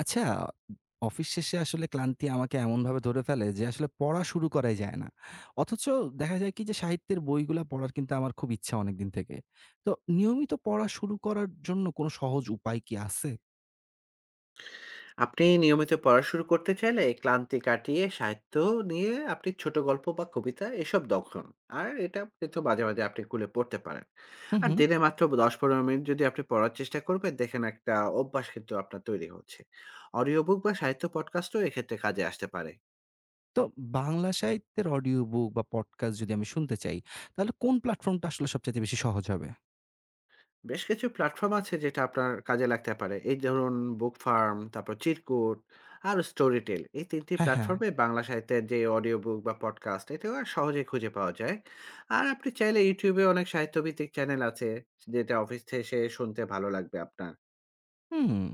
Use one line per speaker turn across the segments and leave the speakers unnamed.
আচ্ছা, অফিস শেষে আসলে ক্লান্তি আমাকে এমনভাবে ধরে ফেলে যে আসলে পড়া শুরু করাই যায় না। অথচ দেখা যায় কি যে সাহিত্যের বইগুলা পড়ার কিন্তু আমার খুব ইচ্ছা অনেকদিন থেকে। তো নিয়মিত পড়া শুরু করার জন্য কোনো সহজ উপায় কি আছে?
আপনি নিয়মিত পড়া শুরু করতে চাইলে ক্লান্তি কাটিয়ে সাহিত্য নিয়ে আপনি ছোট গল্প বা কবিতা এসব দক্ষণ। আর এটা কিন্তু মাঝে মাঝে আপনি খুলে পড়তে পারেন।
হুম,
আর
হুম।
দিনে মাত্র ১০-১৫ মিনিট যদি আপনি পড়ার চেষ্টা করবেন, দেখেন একটা অভ্যাস কিন্তু আপনার তৈরি হচ্ছে। অডিও বুক বা সাহিত্য পডকাস্টও এক্ষেত্রে কাজে আসতে পারে।
তো বাংলা সাহিত্যের অডিও বুক বা পডকাস্ট যদি আমি শুনতে চাই, তাহলে কোন প্ল্যাটফর্মটা আসলে সবচাইতে বেশি সহজ হবে?
বেশ কিছু প্ল্যাটফর্ম আছে যেটা আপনার কাজে লাগতে পারে। এই ধরুন বুক ফার্ম, তারপর চিরকুট আর স্টোরিটেল। এই ৩ টি
হ্যাঁ, হ্যাঁ।
প্ল্যাটফর্মে বাংলা সাহিত্যের যে অডিও বুক বা পডকাস্ট, এটাও সহজেই খুঁজে পাওয়া যায়। আর আপনি চাইলে YouTube এ অনেক সাহিত্যভিত্তিক চ্যানেল আছে যেটা অফিস শেষে শুনতে ভালো লাগবে আপনার।
হুম।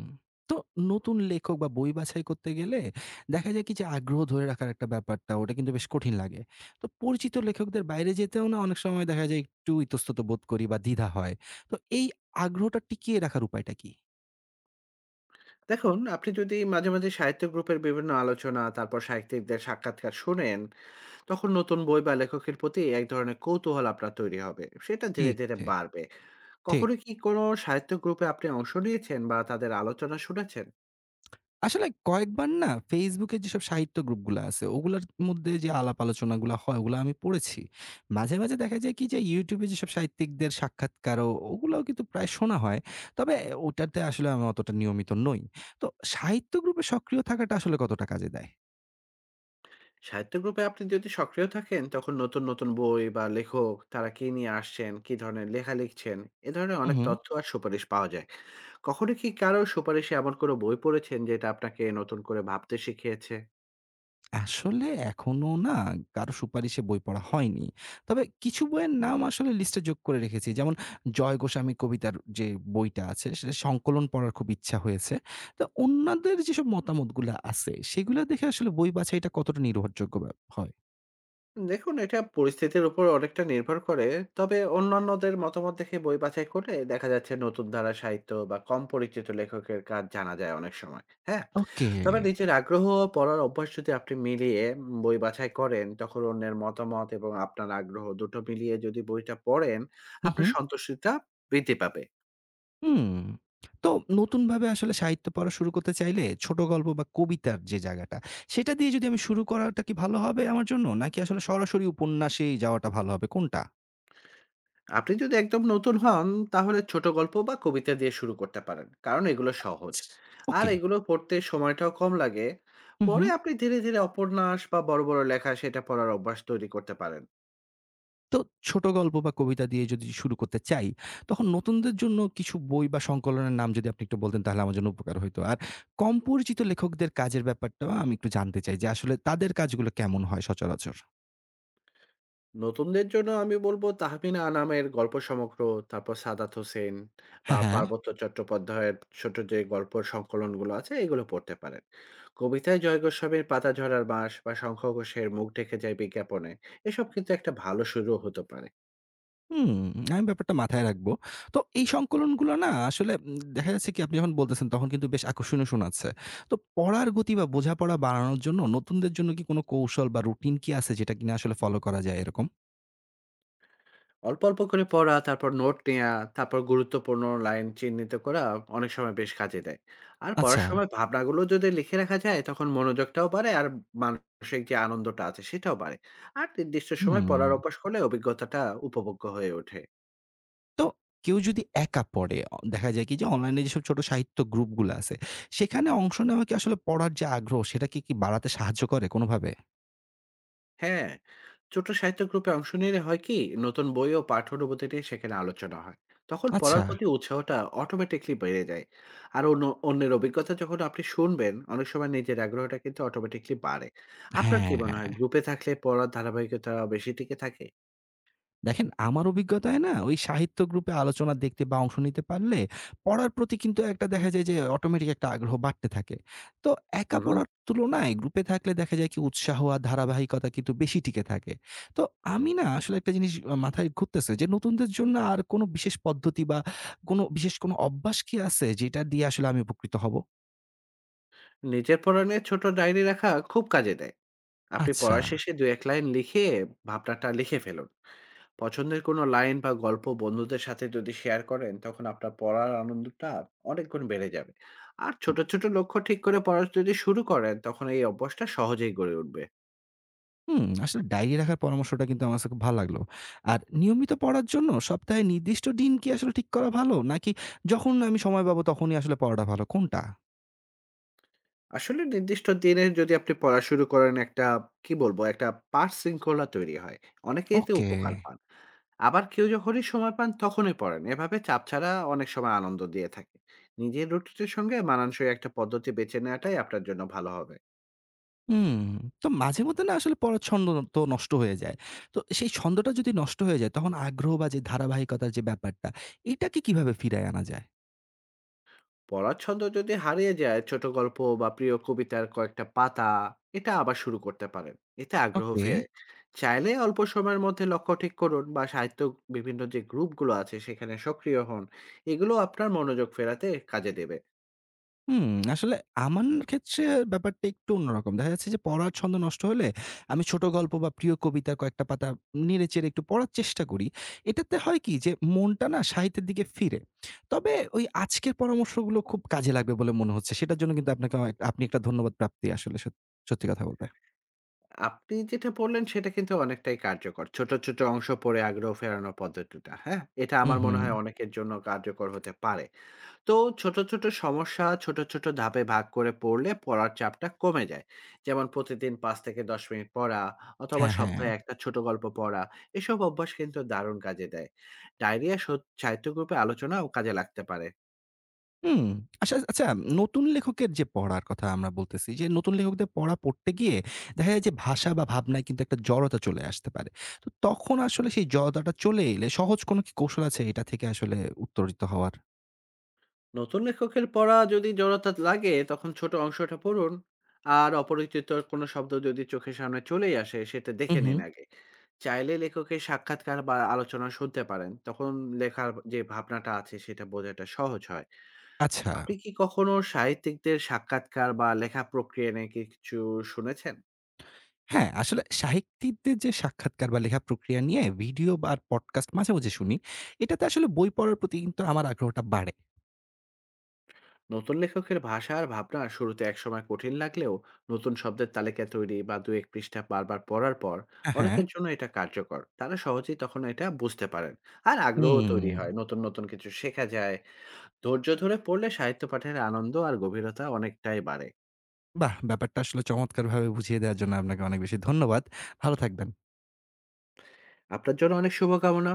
তো নতুন লেখক বা বই বাছাই করতে গেলে দেখা যায় কি যে আগ্রহ ধরে রাখার একটা ব্যাপারটা ওটা কিন্তু বেশ কঠিন লাগে। তো পরিচিত লেখকদের বাইরে যেতেও না অনেক সময় দেখা যায় একটু ইতস্তত বোধ করি বা দ্বিধা হয়। তো এই আগ্রহটা টিকিয়ে রাখার উপায়টা কি?
দেখুন আপনি যদি মাঝে, মাঝে সাহিত্য গ্রুপের বিভিন্ন আলোচনা, তারপর সাহিত্যিকদের সাক্ষাৎকার শোনেন, তখন নতুন বই বা লেখকের প্রতি এক ধরনের কৌতূহল আপনার তৈরি হবে। সেটা ধীরে,
ঠিক,
ধীরে
ঠিক,
বাড়বে।
ঠিক।
কখনো কি কোনো সাহিত্য গ্রুপে আপনি অংশ নিয়েছেন বা তাদের আলোচনা শুনেছেন?
আসলে কয়েকবার না Facebook এর যেসব সাহিত্য গ্রুপগুলা আছে, ওগুলার মধ্যে যে আলাপ আলোচনাগুলা হয়, ওগুলা আমি পড়েছি। মাঝে, মাঝে দেখা যায় কি যে YouTube এ যেসব সাহিত্যিকদের সাক্ষাৎকার ও ওগুলাও কিন্তু প্রায় শোনা হয়। তবে ওটাতে আসলে আমি অতটা নিয়মিত নই। তো সাহিত্য গ্রুপে সক্রিয় থাকাটা আসলে কতটা কাজে
সাহিত্য গ্রুপে আপনি যদি সক্রিয় থাকেন, তখন নতুন, নতুন বই বা লেখক তারা কি নিয়ে আসছেন, কি ধরনের লেখা লিখছেন, এ ধরনের অনেক
দেয়?
তথ্য আর সুপারিশ পাওয়া যায়। কখনো কি কারো সুপারিশে এমন কোনো বই পড়েছেন যেটা আপনাকে নতুন করে ভাবতে শিখিয়েছে?
আসলে এখনো না কারো সুপারিশে বই পড়া হয়নি। তবে কিছু বইয়ের নাম আসলে লিস্টে যোগ করে রেখেছি। যেমন জয় গোস্বামী কবিতার যে বইটা আছে সেটা সংকলন পড়ার খুব ইচ্ছা হয়েছে। তো অন্যদের যেসব মতামতগুলা আছে সেগুলা দেখে আসলে বই বাছাইটা কতটা নির্ভরযোগ্য ব্যা হয়।
দেখুন এটা পরিস্থিতির উপর অনেকটা নির্ভর করে, তবে অন্যান্যদের মতামত দেখে বই বাছাই করলে দেখা যাচ্ছে নতুন ধারা সাহিত্য বা কম পরিচিত লেখকের কাজ জানা যায় অনেক সময়। হ্যাঁ,
ওকে।
তবে নিজের আগ্রহ ও পড়ার অভ্যাস যদি আপনি মিলিয়ে বই বাছাই করেন, তখন অন্যের মতামত এবং আপনার আগ্রহ দুটো মিলিয়ে যদি বইটা পড়েন
হুম,
আপনার
হুম।
সন্তুষ্টিটা বৃদ্ধি পাবে।
হুম। তো নতুনভাবে আসলে সাহিত্য পড়া শুরু করতে চাইলে ছোট গল্প বা কবিতার যে জায়গাটা সেটা দিয়ে যদি আমি শুরু করাটা কি ভালো হবে আমার জন্য? নাকি আসলে সরাসরি উপন্যাসেই যাওয়াটা ভালো হবে কোনটা?
আপনি যদি একদম নতুন হন, তাহলে ছোট গল্প বা কবিতা দিয়ে শুরু করতে পারেন, কারণ এগুলো সহজ। আর
ওকে।
এগুলো পড়তে সময়টাও কম লাগে।
হুম,
পরে
হুম।
আপনি ধীরে ধীরে উপন্যাস বা বড় বড় লেখা সেটা পড়ার অভ্যাস তৈরি করতে পারেন।
তো ছোট গল্প বা কবিতা দিয়ে যদি শুরু করতে চাই, তখন নতুনদের জন্য কিছু বই বা সংকলনের নাম যদি আপনি একটু বলতেন তাহলে আমার জন্য উপকার হইতো। আর কম পরিচিত লেখকদের কাজের ব্যাপারটাও আমি একটু জানতে চাই যে আসলে তাদের কাজগুলো কেমন হয় সচরাচর?
নতুনদের জন্য আমি বলবো তাহমিনা আনামের গল্প সমগ্র, তারপর সাদাত হোসেন বা
হ্যাঁ, হ্যাঁ।
পার্বত্য চট্টোপাধ্যায়ের ছোট যে গল্প সংকলনগুলো আছে, এগুলো পড়তে পারেন। কবিতায় জয় গোস্বামীর পাতা ঝরার বাঁশ বা শঙ্খ ঘোষের মুখ ঢেকে যায় বিজ্ঞাপনে, এসব কিন্তু একটা ভালো শুরু হতে পারে।
হুম, আমি ব্যাপারটা মাথায় রাখবো। তো এই সংকলনগুলো না আসলে দেখা যাচ্ছে কি আপনি যখন বলতেছেন তখন কিন্তু বেশ আকর্ষণীয় শোনাচ্ছে। তো পড়ার গতি বা বোঝাপড়া বাড়ানোর জন্য নতুনদের জন্য কি কোনো কৌশল বা রুটিন কি আছে যেটা কিনা আসলে ফলো করা যায় এরকম?
অল্প, অল্প করে পড়া, তারপর নোট নেয়া, তারপর গুরুত্বপূর্ণ লাইন চিহ্নিত করা অনেক সময় বেশ কাজে দেয়। আর
আচ্ছা,
পড়ার সময় ভাবনাগুলো যদি লিখে রাখা যায়, তখন মনোযোগটাও বাড়ে আর মানসিক যে আনন্দটা আছে সেটাও বাড়ে। আর নির্দিষ্ট সময়
হুম।
পড়ার অভ্যাস করলে অভিজ্ঞতাটা উপভোগ্য হয়ে ওঠে।
তো কেউ যদি একা পড়ে, দেখা যায় কি যে অনলাইনে যেসব ছোট সাহিত্য গ্রুপগুলো আছে, সেখানে অংশ নেওয়া কি আসলে পড়ার যে আগ্রহ সেটাকে কি কি বাড়াতে সাহায্য করে কোনোভাবে?
হ্যাঁ, ছোট সাহিত্য গ্রুপে অংশ নিলে হয় কি, নতুন বই ও পাঠ্য অনুভূতি নিয়ে সেখানে আলোচনা হয়, তখন
আচ্ছা।
পড়ার প্রতি উৎসাহটা অটোমেটিকলি বেড়ে যায়। আর অন্যের অভিজ্ঞতা যখন আপনি শুনবেন, অনেক সময় নিজের আগ্রহটা কিন্তু অটোমেটিকলি বাড়ে। আপনার কি মনে হয়
হ্যাঁ।
গ্রুপে থাকলে পড়ার ধারাবাহিকতা বেশি টিকে থাকে?
দেখেন আমার অভিজ্ঞতায় না ওই সাহিত্য গ্রুপে আলোচনা দেখতে বা অংশ নিতে পারলে পড়ার প্রতি কিন্তু একটা দেখা যায় যে অটোমেটিক একটা আগ্রহ বাড়তে থাকে। তো একা
হুম।
পড়ার তুলনায় গ্রুপে থাকলে দেখা যায় কি উৎসাহ আর ধারাবাহিকতা কিন্তু বেশি টিকে থাকে। তো আমি না আসলে একটা জিনিস মাথায় ঘুরতেছে যে নতুনদের জন্য আর কোনো বিশেষ পদ্ধতি বা কোনো বিশেষ কোনো অভ্যাস কি আছে যেটা দিয়ে আসলে আমি উপকৃত হব।
নিজের পড়া নিয়ে ছোট ডায়েরি রাখা খুব কাজে দেয়। আপনি
আচ্ছা।
পড়া শেষে দু এক লাইন লিখে ভাবনাটা লিখে ফেলুন। পছন্দের কোনো লাইন বা গল্প বন্ধুদের সাথে যদি শেয়ার করেন, তখন আপনার পড়ার আনন্দটা অনেক গুণ বেড়ে যাবে। আর ছোট, ছোট লক্ষ্য ঠিক করে পড়া যদি শুরু করেন, তখন এই অভ্যাসটা সহজেই গড়ে উঠবে।
হুম, আসলে ডায়েরি রাখার পরামর্শটা কিন্তু আমার কাছে খুব ভালো লাগলো। আর নিয়মিত পড়ার জন্য সপ্তাহে নির্দিষ্ট দিন কি আসলে ঠিক করা ভালো? নাকি যখন আমি সময় পাবো তখনই আসলে পড়াটা ভালো কোনটা?
আসলে নির্দিষ্ট দিনে যদি আপনি পড়া শুরু করেন, একটা কি বলব, একটা পাঠ শৃঙ্খলা তৈরি হয়। অনেকেই এতে
ওকে।
উপকার পান। আবার কেউ যখনই সময় পান তখনই পড়েন। এভাবে চাপ ছাড়া অনেক সময় আনন্দ দিয়ে থাকে। নিজের রুটিনের সঙ্গে মানানসই একটা পদ্ধতি বেছে নেওয়াটাই আপনার জন্য ভালো হবে।
হুম, তো মাঝে মধ্যে না আসলে পড়ার ছন্দ তো নষ্ট হয়ে যায়। তো সেই ছন্দটা যদি নষ্ট হয়ে যায় তখন আগ্রহ বা যে ধারাবাহিকতার যে ব্যাপারটা, এটাকে কিভাবে ফিরায় আনা যায়?
পড়ার ছন্দ যদি হারিয়ে যায়, ছোট গল্প বা প্রিয় কবিতার কয়েকটা পাতা, এটা আবার শুরু করতে পারেন। এতে আগ্রহ
ওকে।
ফেরে। চাইলে অল্প সময়ের মধ্যে লক্ষ্য ঠিক করুন বা সাহিত্য বিভিন্ন যে গ্রুপগুলো আছে সেখানে সক্রিয় হন। এগুলো আপনার মনোযোগ ফেরাতে কাজে দেবে।
হুম, আসলে আমার ক্ষেত্রে ব্যাপারটা একটু অন্যরকম। দেখা যাচ্ছে যে পড়ার ছন্দ নষ্ট হলে আমি ছোট গল্প বা প্রিয় কবিতার কয়েকটা পাতা নেড়ে-চেড়ে একটু পড়ার চেষ্টা করি। এটাতে হয় কি যে মনটা না সাহিত্যের দিকে ফিরে। তবে ওই আজকের পরামর্শগুলো খুব কাজে লাগবে বলে মনে হচ্ছে। সেটার জন্য কিন্তু আপনাকে অনেক- আপনি একটা ধন্যবাদ প্রাপ্তি আসলে সত্যি কথা বলতে।
আপনি যেটা বললেন সেটা কিন্তু অনেকটাই কার্যকর। ছোট ছোট অংশ পড়ে আগ্রহ ফেরানোর পদ্ধতিটা, হ্যাঁ, এটা
হুম,
আমার মনে
হুম।
হয় অনেকের জন্য কার্যকর হতে পারে। তো ছোট, ছোট সমস্যা ছোট, ছোট ধাপে ভাগ করে পড়লে পড়ার চাপটা কমে যায়। যেমন প্রতিদিন ৫ থেকে ১০ মিনিট পড়া, অথবা
হ্যাঁ, হ্যাঁ।
সপ্তাহে একটা ছোট গল্প পড়া। এসব অভ্যাস কিন্তু দারুণ কাজে দেয়। ডায়েরি আর সত সাহিত্য গ্রুপে আলোচনাও কাজে লাগতে পারে।
হুম। আচ্ছা, আচ্ছা, নতুন লেখকের যে পড়ার কথা আমরা বলতেছি যে নতুন লেখকদের পড়া পড়তে গিয়ে দেখা যায় যে ভাষা বা ভাবনায় কিন্তু একটা জড়তা চলে আসতে পারে। তো তখন আসলে সেই জড়তাটা চলে এলে সহজ কোনো কি কৌশল আছে এটা থেকে আসলে উত্তরিত হওয়ার?
নতুন লেখকের পড়া যদি জড়তা লাগে, তখন ছোট অংশটা পড়ুন। আর অপরিচিত কোনো শব্দ যদি চোখের সামনে চলেই আসে, সেটা
হু,
দেখে
হু।
নিন আগে। চাইলে লেখকের সাক্ষাৎকার বা আলোচনা শুনতে পারেন। তখন লেখার যে ভাবনাটা আছে সেটা বোঝাটা সহজ হয়।
আচ্ছা।
আপনি কি কখনো সাহিত্যিকদের সাক্ষাৎকার বা লেখা প্রক্রিয়া নিয়ে কি কিছু শুনেছেন?
হ্যাঁ, আসলে সাহিত্যিকদের যে সাক্ষাৎকার বা লেখা প্রক্রিয়া নিয়ে ভিডিও বা পডকাস্ট মাঝে, মাঝে শুনি। এটাতে আসলে বই পড়ার প্রতি কিন্তু আমার আগ্রহটা বাড়ে।
নতুন লেখকের ভাষা আর ভাবনা শুরুতে একসময় কঠিন লাগলেও নতুন শব্দের তালিকা তৈরি বা ২-১ পৃষ্ঠা বারবার পড়ার পর
হ্যাঁ, হ্যাঁ।
অনেকের জন্য এটা কার্যকর। তারা সহজেই তখন এটা বুঝতে পারেন। আর আগ্রহ
হুম।
তৈরি হয়। নতুন, নতুন কিছু শেখা যায়। ধৈর্য ধরে পড়লে সাহিত্য পাঠের আনন্দ আর গভীরতা অনেকটাই বাড়ে।
বাহ! ব্যাপারটা আসলে চমৎকারভাবে বুঝিয়ে দেওয়ার জন্য আপনাকে অনেক বেশি ধন্যবাদ। ভালো থাকবেন।
আপনার জন্য অনেক শুভকামনা।